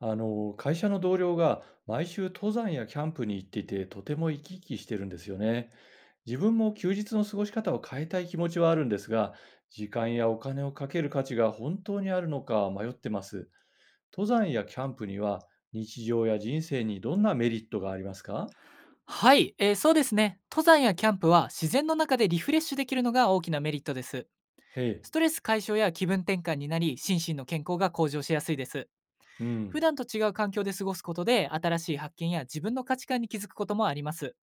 会社の同僚が毎週登山やキャンプに行っていて、とても生き生きしてるんですよね。自分も休日の過ごし方を変えたい気持ちはあるんですが、時間やお金をかける価値が本当にあるのか迷ってます。登山やキャンプには日常や人生にどんなメリットがありますか？はい、そうですね。登山やキャンプは自然の中でリフレッシュできるのが大きなメリットです。へえ、ストレス解消や気分転換になり、心身の健康が向上しやすいです。うん、普段と違う環境で過ごすことで、新しい発見や自分の価値観に気づくこともあります。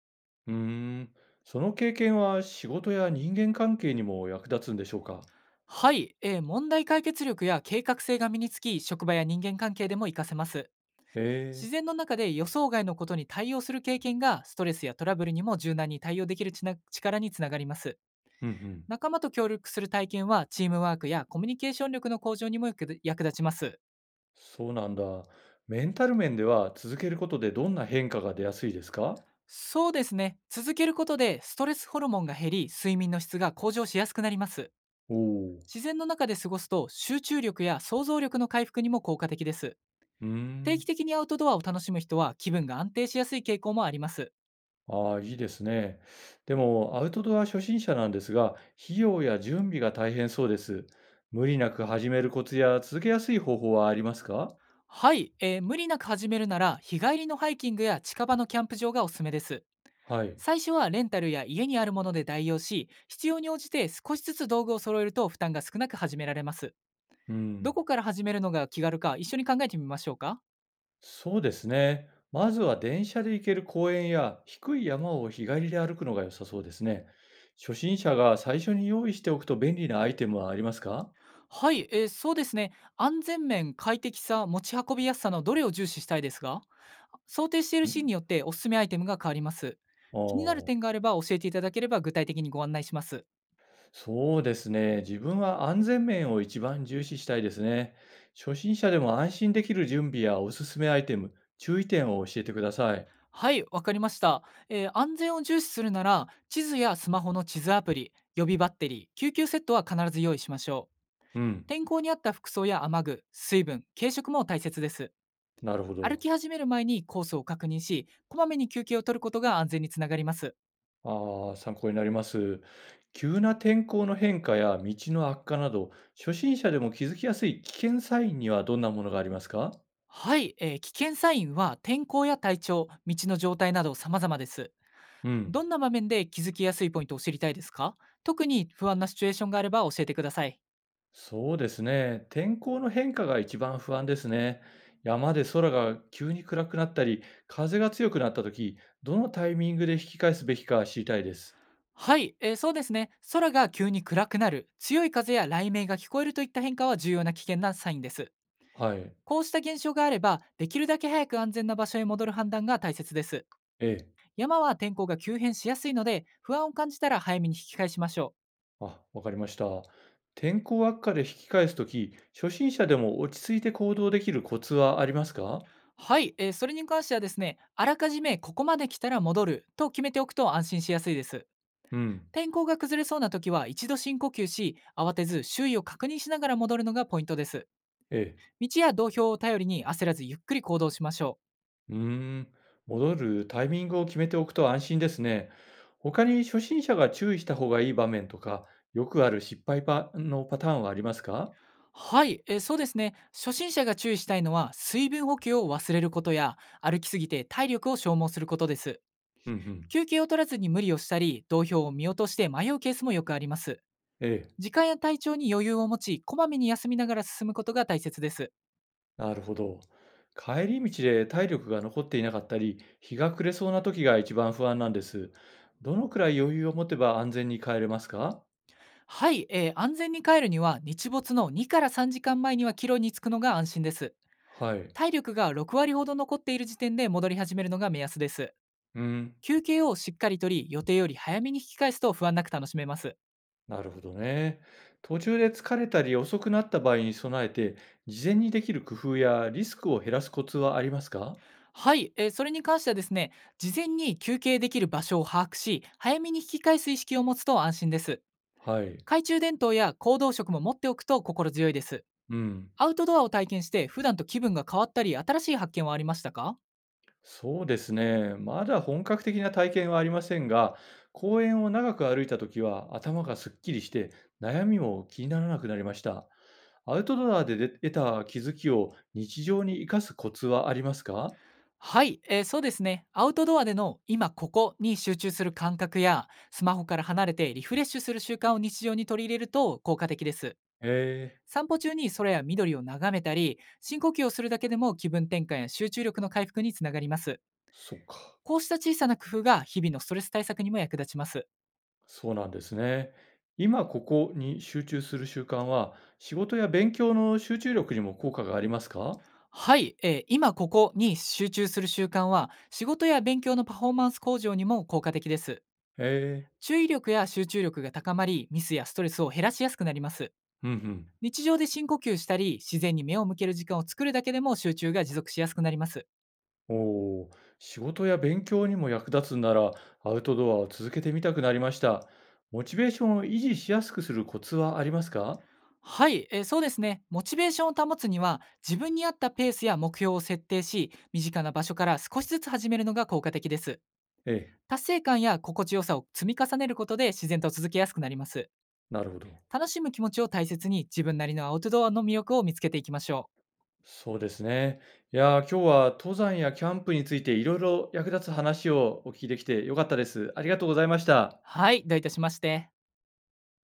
うーん。その経験は仕事や人間関係にも役立つんでしょうか？はい、問題解決力や計画性が身につき、職場や人間関係でも活かせます。へ自え、然の中で予想外のことに対応する経験が、ストレスやトラブルにも柔軟に対応できるちな力につながります。うんうん。仲間と協力する体験はチームワークやコミュニケーション力の向上にも役立ちます。そうなんだ。メンタル面では続けることでどんな変化が出やすいですか？そうですね。続けることでストレスホルモンが減り、睡眠の質が向上しやすくなります。おおー。自然の中で過ごすと集中力や想像力の回復にも効果的です。うー定ん。期的にアウトドアを楽しむ人は気分が安定しやすい傾向もあります。ああ、いいですね。でも、アウトドア初心者なんですが、費用や準備が大変そうです。無理なく始めるコツや続けやすい方法はありますか？はい、無理なく始めるなら日帰りのハイキングや近場のキャンプ場がおすすめです。はい。最初はレンタルや家にあるもので代用し必要に応じて少しずつ道具を揃えると負担が少なく始められます。うどん。こから始めるのが気軽か一緒に考えてみましょうか。そうですね。まずは電車で行ける公園や低い山を日帰りで歩くのが良さそうですね。初心者が最初に用意しておくと便利なアイテムはありますか？はい、そうですね。安全面快適さ持ち運びやすさのどれを重視したいですが、想定しているシーンによっん。ておすすめアイテムが変わります。ああ気になる点ー。があれば教えていただければ具体的にご案内します。そうですね。自分は安全面を一番重視したいですね。初心者でも安心できる準備やおすすめアイテム、注意点を教えてください。はいわかりました、安全を重視するなら地図やスマホの地図アプリ予備バッテリー救急セットは必ず用意しましょう。うん、天候に合った服装や雨具、水分、軽食も大切です。なるほ歩ど。き始める前にコースを確認し、こまめに休憩を取ることが安全につながります。ああ、参考になります。急な天候の変化や道の悪化など、初心者でも気づきやすい危険サインにはどんなものがありますか？はい、危険サインは天候や体調、道の状態など様々です。うん。どんな場面で気づきやすいポイントを知りたいですか。特に不安なシチュエーションがあれば教えてください。そうですね。天候の変化が一番不安ですね。山で空が急に暗くなったり、風が強くなったとき、どのタイミングで引き返すべきか知りたいです。はい、そうですね。空が急に暗くなる、強い風や雷鳴が聞こえるといった変化は重要な危険なサインです。はい。こうした現象があれば、できるだけ早く安全な場所へ戻る判断が大切です。ええ。山は天候が急変しやすいので、不安を感じたら早めに引き返しましょあ、わかりました。天候悪化で引き返すとき、初心者でも落ち着いて行動できるコツはありますか？う。はい、それに関してはですね、あらかじめここまで来たら戻ると決めておくと安心しやすいです。うん。天候が崩れそうな時は一度深呼吸し、慌てず周囲を確認しながら戻るのがポイントです。ええ。道や道標を頼りに焦らずゆっくり行動しましょうーん。戻るタイミングを決めておくと安心ですね。他に初心者が注意した方がいい場面とか、よくある失敗のパターンはありますか？う。はい、そうですね。初心者が注意したいのは水分補給を忘れることや歩きすぎて体力を消耗することです。うんうん。休憩を取らずに無理をしたり、同票を見落として迷うケースもよくあります。ええ、時間や体調に余裕を持ち、こまめに休みながら進むことが大切です。なるほど。帰り道で体力が残っていなかったり、日が暮れそうな時が一番不安なんです。どのくらい余裕を持てば安全に帰れますか？はい、安全に帰るには、日没の2から3時間前には帰路に着くのが安心です。はい。体力が6割ほど残っている時点で戻り始めるのが目安です。うん。休憩をしっかりとり、予定より早めに引き返すと不安なく楽しめます。なるほどね。途中で疲れたり遅くなった場合に備えて、事前にできる工夫やリスクを減らすコツはありますか？はい、それに関してはですね、事前に休憩できる場所を把握し、早めに引き返す意識を持つと安心です。はい。懐中電灯や行動食も持っておくと心強いです。うん。アウトドアを体験して普段と気分が変わったり新しい発見はありましたか。そうですね。まだ本格的な体験はありませんが、公園を長く歩いたときは頭がすっきりして悩みも気にならなくなりました。アウトドアで出得た気づきを日常に生かすコツはありますか？はい、そうですね。アウトドアでの今ここに集中する感覚やスマホから離れてリフレッシュする習慣を日常に取り入れると効果的です。ええ、散歩中に空や緑を眺めたり深呼吸をするだけでも気分転換や集中力の回復につながります。そっか。こうした小さな工夫が日々のストレス対策にも役立ちます。そうなんですね。今ここに集中する習慣は仕事や勉強の集中力にも効果がありますか？はい、今ここに集中する習慣は仕事や勉強のパフォーマンス向上にも効果的です。ええ、注意力や集中力が高まりミスやストレスを減らしやすくなります。うんうん。日常で深呼吸したり自然に目を向ける時間を作るだけでも集中が持続しやすくなります。おお、仕事や勉強にも役立つなら、アウトドアを続けてみたくなりました。モチベーションを維持しやすくするコツはありますか？はい、そうですねモチベーションを保つには、自分に合ったペースや目標を設定し身近な場所から少しずつ始めるのが効果的です。ええ、達成感や心地よさを積み重ねることで自然と続けやすくなります。なるほど。楽しむ気持ちを大切に、自分なりのアウトドアの魅力を見つけていきましょう。そうですね。いやー、今日は登山やキャンプについていろいろ役立つ話をお聞きできてよかったです。ありがとうございました。はい、どういたしまして。